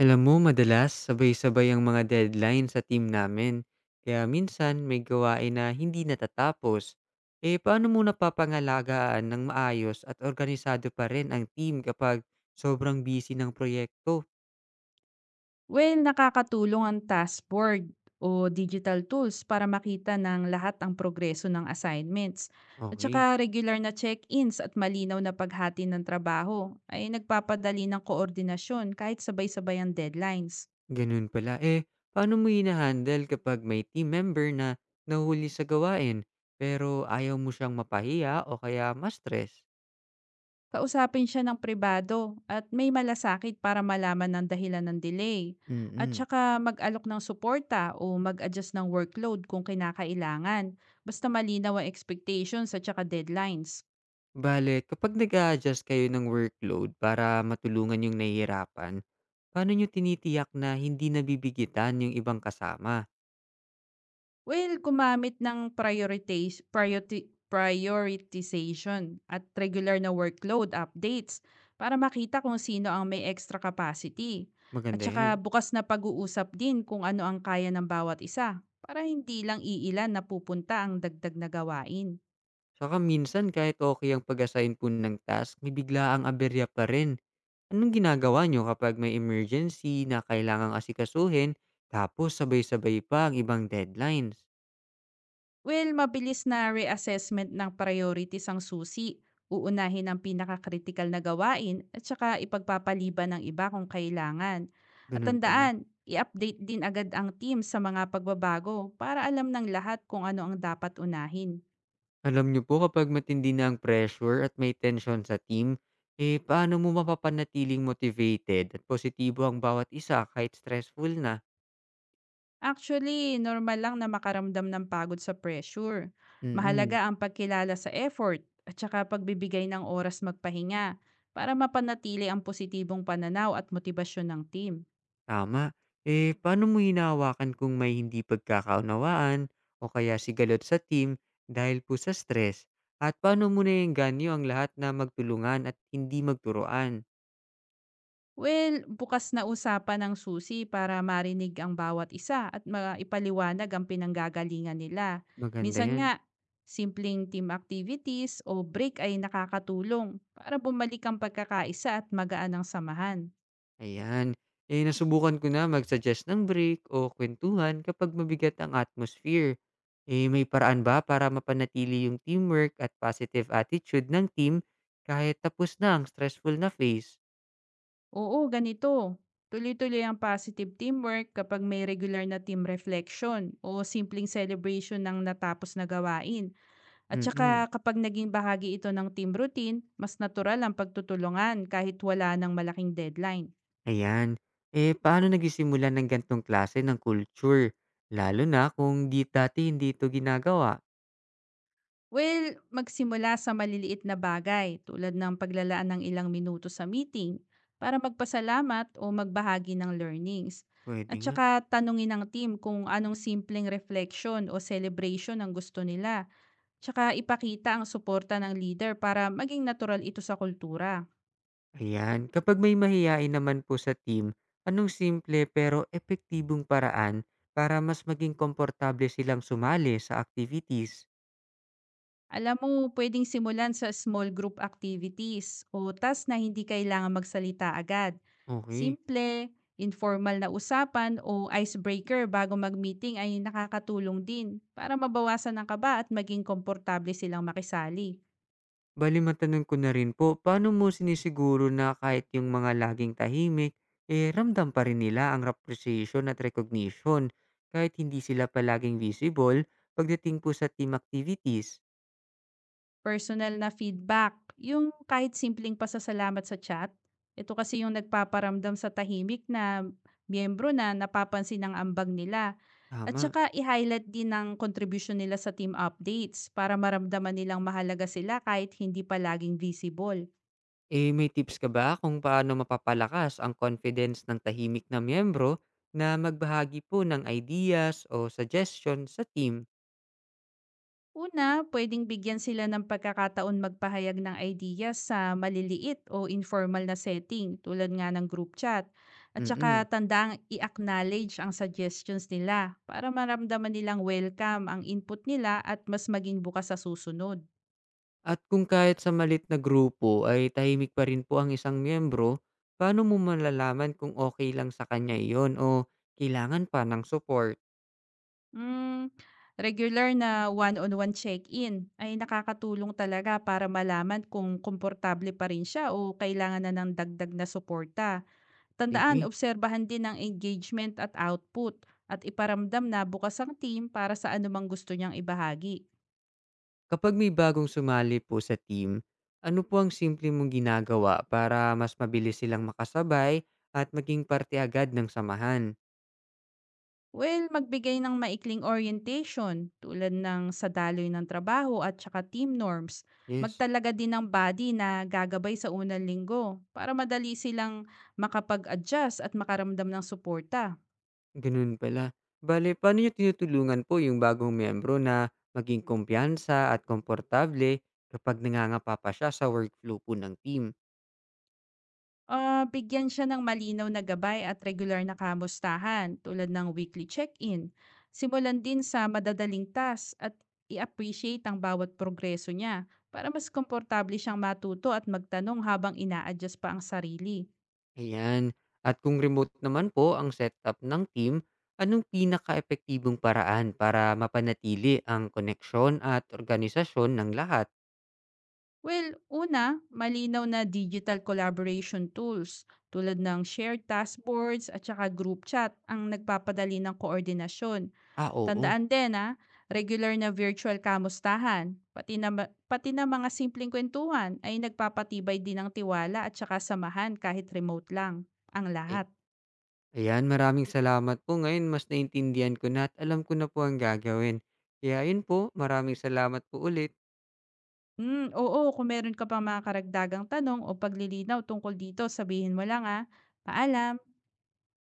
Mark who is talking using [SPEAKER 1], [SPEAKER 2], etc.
[SPEAKER 1] Alam mo, madalas sabay-sabay ang mga deadline sa team namin. Kaya minsan may gawain na hindi natatapos. Eh paano mo napapangalagaan ng maayos at organisado pa rin ang team kapag sobrang busy ng proyekto?
[SPEAKER 2] Well, nakakatulong ang task board o digital tools para makita ng lahat ang progreso ng assignments. At
[SPEAKER 1] Okay,
[SPEAKER 2] saka regular na check-ins at malinaw na paghati ng trabaho ay nagpapadali ng koordinasyon kahit sabay-sabay ang deadlines.
[SPEAKER 1] ganun pala. Eh paano mo hinahandle kapag may team member na nahuli sa gawain pero ayaw mo siyang mapahiya o kaya ma-stress?
[SPEAKER 2] Kausapin siya ng pribado at may malasakit para malaman ng dahilan ng delay. At
[SPEAKER 1] Mm-mm.
[SPEAKER 2] saka mag-alok ng suporta o mag-adjust ng workload kung kinakailangan. Basta malinaw ang expectations at saka deadlines.
[SPEAKER 1] Bale, kapag nag-a-adjust kayo ng workload para matulungan yung nahihirapan, paano nyo tinitiyak na hindi nabibigitan yung ibang kasama?
[SPEAKER 2] Well, gumamit ng priorities priority prioritization at regular na workload updates para makita kung sino ang may extra capacity. At
[SPEAKER 1] Maganda
[SPEAKER 2] saka
[SPEAKER 1] yan.
[SPEAKER 2] bukas na pag-uusap din kung ano ang kaya ng bawat isa para hindi lang iilan na pupunta ang dagdag na gawain.
[SPEAKER 1] Saka minsan kahit okay ang pag-assign po ng task, may bigla ang aberya pa rin. Anong ginagawa nyo kapag may emergency na kailangang asikasuhin, tapos sabay-sabay pa ang ibang deadlines?
[SPEAKER 2] Well, mabilis na reassessment ng priorities ang susi. Uunahin ang pinaka-critical na gawain at saka ipagpapaliban ng iba kung kailangan. At
[SPEAKER 1] Ganun pala.
[SPEAKER 2] tandaan, i-update din agad ang team sa mga pagbabago para alam ng lahat kung ano ang dapat unahin.
[SPEAKER 1] Alam niyo po kapag matindi na ang pressure at may tension sa team, eh paano mo mapapanatiling motivated at positibo ang bawat isa kahit stressful na?
[SPEAKER 2] Actually, normal lang na makaramdam ng pagod sa pressure. Mahalaga
[SPEAKER 1] Mm,
[SPEAKER 2] ang pagkilala sa effort at saka pagbibigay ng oras magpahinga para mapanatili ang positibong pananaw at motibasyon ng team.
[SPEAKER 1] tama. Eh paano mo hinahawakan kung may hindi pagkakaunawaan o kaya sigalot sa team dahil po sa stress? At paano mo naiengganyo ang lahat na magtulungan at hindi magturuan?
[SPEAKER 2] Well, bukas na usapan ng susi para marinig ang bawat isa at maipaliwanag ang pinanggagalingan nila.
[SPEAKER 1] Maganda
[SPEAKER 2] Minsan
[SPEAKER 1] yan.
[SPEAKER 2] nga, simpleng team activities o break ay nakakatulong para bumalik ang pagkakaisa at magaan ang samahan.
[SPEAKER 1] Ayan. Eh, nasubukan ko na mag-suggest ng break o kwentuhan kapag mabigat ang atmosphere. Eh, may paraan ba para mapanatili yung teamwork at positive attitude ng team kahit tapos na ang stressful na phase?
[SPEAKER 2] Oo, ganito. Tuloy-tuloy ang positive teamwork kapag may regular na team reflection o simpleng celebration ng natapos na gawain. At
[SPEAKER 1] Mm-mm.
[SPEAKER 2] saka kapag naging bahagi ito ng team routine, mas natural ang pagtutulungan kahit wala ng malaking deadline.
[SPEAKER 1] Ayan. Eh, paano nagisimula ng gantong klase ng culture? Lalo na kung di dati hindi ito ginagawa.
[SPEAKER 2] Well, magsimula sa maliliit na bagay tulad ng paglalaan ng ilang minuto sa meeting para magpasalamat o magbahagi ng learnings.
[SPEAKER 1] Pwede
[SPEAKER 2] At
[SPEAKER 1] nga.
[SPEAKER 2] saka tanungin ng team kung anong simpleng reflection o celebration ang gusto nila. Tsaka ipakita ang suporta ng leader para maging natural ito sa kultura.
[SPEAKER 1] Ayan, kapag may mahiyain naman po sa team, anong simple pero epektibong paraan para mas maging komportable silang sumali sa activities?
[SPEAKER 2] Alam mo, pwedeng simulan sa small group activities o task na hindi kailangan magsalita agad.
[SPEAKER 1] Okay.
[SPEAKER 2] Simple, informal na usapan o icebreaker bago mag-meeting ay nakakatulong din para mabawasan ang kaba at maging komportable silang makisali.
[SPEAKER 1] Bali matanong ko na rin po, paano mo sinisiguro na kahit yung mga laging tahimik, eh ramdam pa rin nila ang appreciation at recognition kahit hindi sila palaging visible pagdating po sa team activities?
[SPEAKER 2] Personal na feedback, yung kahit simpleng pasasalamat sa chat, ito kasi yung nagpaparamdam sa tahimik na miyembro na napapansin ang ambag nila. At
[SPEAKER 1] Tama.
[SPEAKER 2] saka i-highlight din ang contribution nila sa team updates para maramdaman nilang mahalaga sila kahit hindi pa laging visible.
[SPEAKER 1] Eh, may tips ka ba kung paano mapapalakas ang confidence ng tahimik na miyembro na magbahagi po ng ideas o suggestion sa team?
[SPEAKER 2] Una, pwedeng bigyan sila ng pagkakataon magpahayag ng ideas sa maliliit o informal na setting tulad nga ng group chat. At saka
[SPEAKER 1] Mm.
[SPEAKER 2] tandaang i-acknowledge ang suggestions nila para maramdaman nilang welcome ang input nila at mas maging bukas sa susunod.
[SPEAKER 1] At kung kahit sa malit na grupo ay tahimik pa rin po ang isang miyembro, paano mo malalaman kung okay lang sa kanya iyon o kailangan pa ng support?
[SPEAKER 2] Hmm, regular na one-on-one check-in ay nakakatulong talaga para malaman kung komportable pa rin siya o kailangan na ng dagdag na suporta. Tandaan,
[SPEAKER 1] Sige.
[SPEAKER 2] obserbahan din ang engagement at output at iparamdam na bukas ang team para sa anumang gusto niyang ibahagi.
[SPEAKER 1] Kapag may bagong sumali po sa team, ano po ang simple mong ginagawa para mas mabilis silang makasabay at maging parte agad ng samahan?
[SPEAKER 2] Well, magbigay ng maikling orientation tulad ng sa daloy ng trabaho at saka team norms.
[SPEAKER 1] Yes.
[SPEAKER 2] Magtalaga din ng body na gagabay sa unang linggo para madali silang makapag-adjust at makaramdam ng suporta.
[SPEAKER 1] Gano'n pala. Bale, paano niyo tinutulungan po yung bagong miyembro na maging kumpiyansa at komportable kapag nangangapa pa siya sa workflow po ng team?
[SPEAKER 2] Ah, bigyan siya ng malinaw na gabay at regular na kamustahan tulad ng weekly check-in. Simulan din sa madadaling task at i-appreciate ang bawat progreso niya para mas komportable siyang matuto at magtanong habang ina-adjust pa ang sarili.
[SPEAKER 1] Ayan. At kung remote naman po ang setup ng team, anong pinaka epektibong paraan para mapanatili ang koneksyon at organisasyon ng lahat?
[SPEAKER 2] Well, una, malinaw na digital collaboration tools tulad ng shared task boards at saka group chat ang nagpapadali ng koordinasyon.
[SPEAKER 1] Ah, oo.
[SPEAKER 2] Tandaan din ha, regular na virtual kamustahan, pati na mga simpleng kwentuhan ay nagpapatibay din ng tiwala at saka samahan kahit remote lang ang
[SPEAKER 1] Ay,
[SPEAKER 2] lahat.
[SPEAKER 1] ayan, maraming salamat po. Ngayon, mas naintindihan ko na at alam ko na po ang gagawin. Kaya yun po, maraming salamat po ulit.
[SPEAKER 2] Mm, oo, kung meron ka pa mga karagdagang tanong o paglilinaw tungkol dito, sabihin mo lang ah. Paalam!